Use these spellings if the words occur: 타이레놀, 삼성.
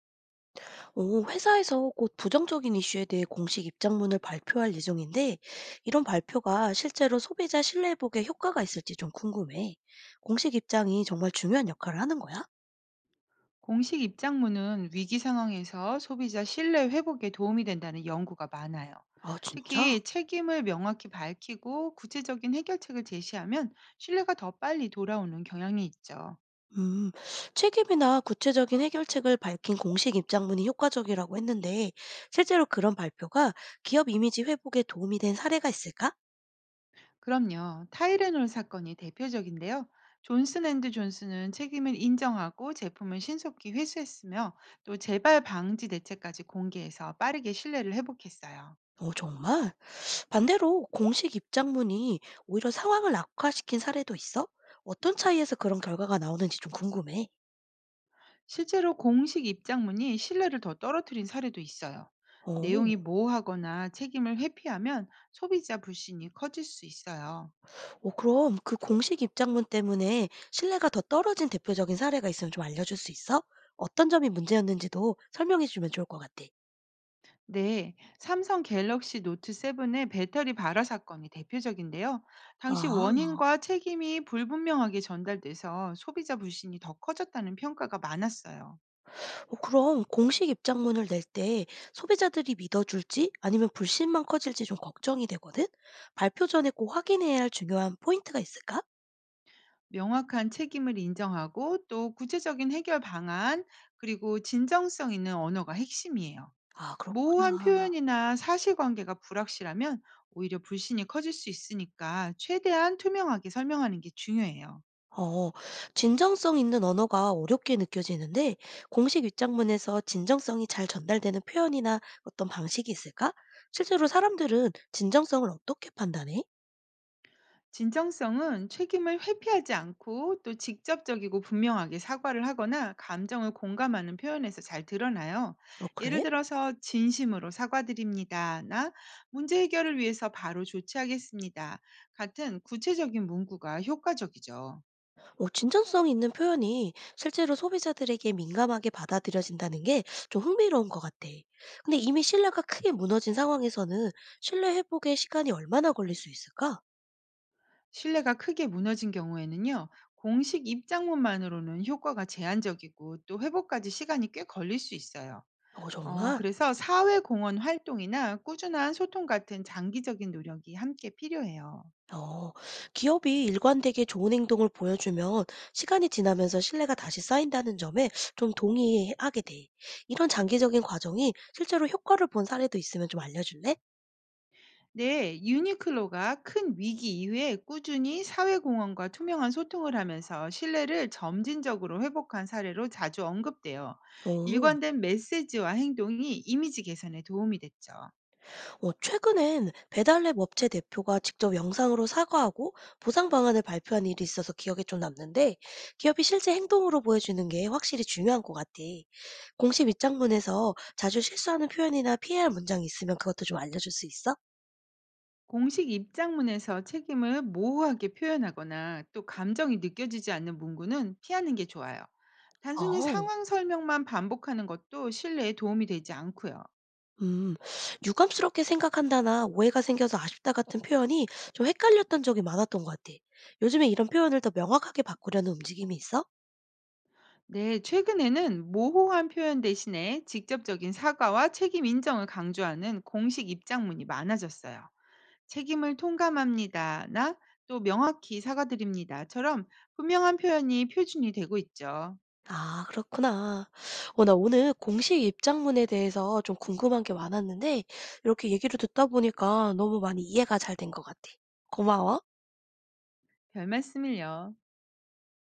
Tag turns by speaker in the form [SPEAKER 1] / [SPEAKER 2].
[SPEAKER 1] 오, 회사에서 곧 부정적인 이슈에 대해 공식 입장문을 발표할 예정인데, 이런 발표가 실제로 소비자 신뢰 회복에 효과가 있을지 좀 궁금해. 공식 입장이 정말 중요한 역할을 하는 거야?
[SPEAKER 2] 공식 입장문은 위기 상황에서 소비자 신뢰 회복에 도움이 된다는 연구가 많아요.
[SPEAKER 1] 아, 진짜?
[SPEAKER 2] 특히 책임을 명확히 밝히고 구체적인 해결책을 제시하면 신뢰가 더 빨리 돌아오는 경향이 있죠.
[SPEAKER 1] 음, 책임이나 구체적인 해결책을 밝힌 공식 입장문이 효과적이라고 했는데, 실제로 그런 발표가 기업 이미지 회복에 도움이 된 사례가 있을까?
[SPEAKER 2] 그럼요. 타이레놀 사건이 대표적인데요. 존슨 앤드 존슨은 책임을 인정하고 제품을 신속히 회수했으며 또 재발 방지 대책까지 공개해서 빠르게 신뢰를 회복했어요.
[SPEAKER 1] 어, 정말? 반대로 공식 입장문이 오히려 상황을 악화시킨 사례도 있어? 어떤 차이에서 그런 결과가 나오는지 좀 궁금해.
[SPEAKER 2] 실제로 공식 입장문이 신뢰를 더 떨어뜨린 사례도 있어요.
[SPEAKER 1] 오,
[SPEAKER 2] 내용이 모호하거나 책임을 회피하면 소비자 불신이 커질 수 있어요.
[SPEAKER 1] 오 그럼 그 공식 입장문 때문에 신뢰가 더 떨어진 대표적인 사례가 있으면 좀 알려줄 수 있어? 어떤 점이 문제였는지도 설명해 주면 좋을 것 같아.
[SPEAKER 2] 네, 삼성 갤럭시 노트 7의 배터리 발화 사건이 대표적인데요. 당시
[SPEAKER 1] 아,
[SPEAKER 2] 원인과 책임이 불분명하게 전달돼서 소비자 불신이 더 커졌다는 평가가 많았어요.
[SPEAKER 1] 그럼 공식 입장문을 낼 때 소비자들이 믿어줄지 아니면 불신만 커질지 좀 걱정이 되거든? 발표 전에 꼭 확인해야 할 중요한 포인트가 있을까?
[SPEAKER 2] 명확한 책임을 인정하고 또 구체적인 해결 방안, 그리고 진정성 있는 언어가 핵심이에요.
[SPEAKER 1] 아,
[SPEAKER 2] 모호한
[SPEAKER 1] 그렇구나.
[SPEAKER 2] 표현이나 사실관계가 불확실하면 오히려 불신이 커질 수 있으니까 최대한 투명하게 설명하는 게 중요해요.
[SPEAKER 1] 어, 진정성 있는 언어가 어렵게 느껴지는데, 공식 입장문에서 진정성이 잘 전달되는 표현이나 어떤 방식이 있을까? 실제로 사람들은 진정성을 어떻게 판단해?
[SPEAKER 2] 진정성은 책임을 회피하지 않고 또 직접적이고 분명하게 사과를 하거나 감정을 공감하는 표현에서 잘 드러나요.
[SPEAKER 1] 어,
[SPEAKER 2] 예를
[SPEAKER 1] 그래?
[SPEAKER 2] 들어서 진심으로 사과드립니다나 문제 해결을 위해서 바로 조치하겠습니다. 같은 구체적인 문구가 효과적이죠.
[SPEAKER 1] 어, 진정성 있는 표현이 실제로 소비자들에게 민감하게 받아들여진다는 게 좀 흥미로운 것 같아. 근데 이미 신뢰가 크게 무너진 상황에서는 신뢰 회복에 시간이 얼마나 걸릴 수 있을까?
[SPEAKER 2] 신뢰가 크게 무너진 경우에는요, 공식 입장문만으로는 효과가 제한적이고 또 회복까지 시간이 꽤 걸릴 수 있어요.
[SPEAKER 1] 어, 정말?
[SPEAKER 2] 그래서 사회공헌 활동이나 꾸준한 소통 같은 장기적인 노력이 함께 필요해요.
[SPEAKER 1] 어, 기업이 일관되게 좋은 행동을 보여주면 시간이 지나면서 신뢰가 다시 쌓인다는 점에 좀 동의하게 돼. 이런 장기적인 과정이 실제로 효과를 본 사례도 있으면 좀 알려줄래?
[SPEAKER 2] 네, 유니클로가 큰 위기 이후에 꾸준히 사회공헌과 투명한 소통을 하면서 신뢰를 점진적으로 회복한 사례로 자주 언급돼요.
[SPEAKER 1] 오,
[SPEAKER 2] 일관된 메시지와 행동이 이미지 개선에 도움이 됐죠.
[SPEAKER 1] 어, 최근엔 배달앱 업체 대표가 직접 영상으로 사과하고 보상 방안을 발표한 일이 있어서 기억에 좀 남는데 기업이 실제 행동으로 보여주는 게 확실히 중요한 것 같아. 공식 입장문에서 자주 실수하는 표현이나 피해야 할 문장이 있으면 그것도 좀 알려줄 수 있어?
[SPEAKER 2] 공식 입장문에서 책임을 모호하게 표현하거나 또 감정이 느껴지지 않는 문구는 피하는 게 좋아요. 단순히
[SPEAKER 1] 어.
[SPEAKER 2] 상황 설명만 반복하는 것도 신뢰에 도움이 되지 않고요.
[SPEAKER 1] 음. "유감스럽게 생각한다."나 "오해가 생겨서 아쉽다." 같은 표현이 좀 헷갈렸던 적이 많았던 것 같아. 요즘에 이런 표현을 더 명확하게 바꾸려는 움직임이 있어?
[SPEAKER 2] 네, 최근에는 모호한 표현 대신에 직접적인 사과와 책임 인정을 강조하는 공식 입장문이 많아졌어요. 책임을 통감합니다나 또 명확히 사과드립니다처럼 분명한 표현이 표준이 되고 있죠.
[SPEAKER 1] 아 그렇구나. 어 나 오늘 공식 입장문에 대해서 좀 궁금한 게 많았는데 이렇게 얘기를 듣다 보니까 너무 많이 이해가 잘 된 것 같아. 고마워.
[SPEAKER 2] 별 말씀을요.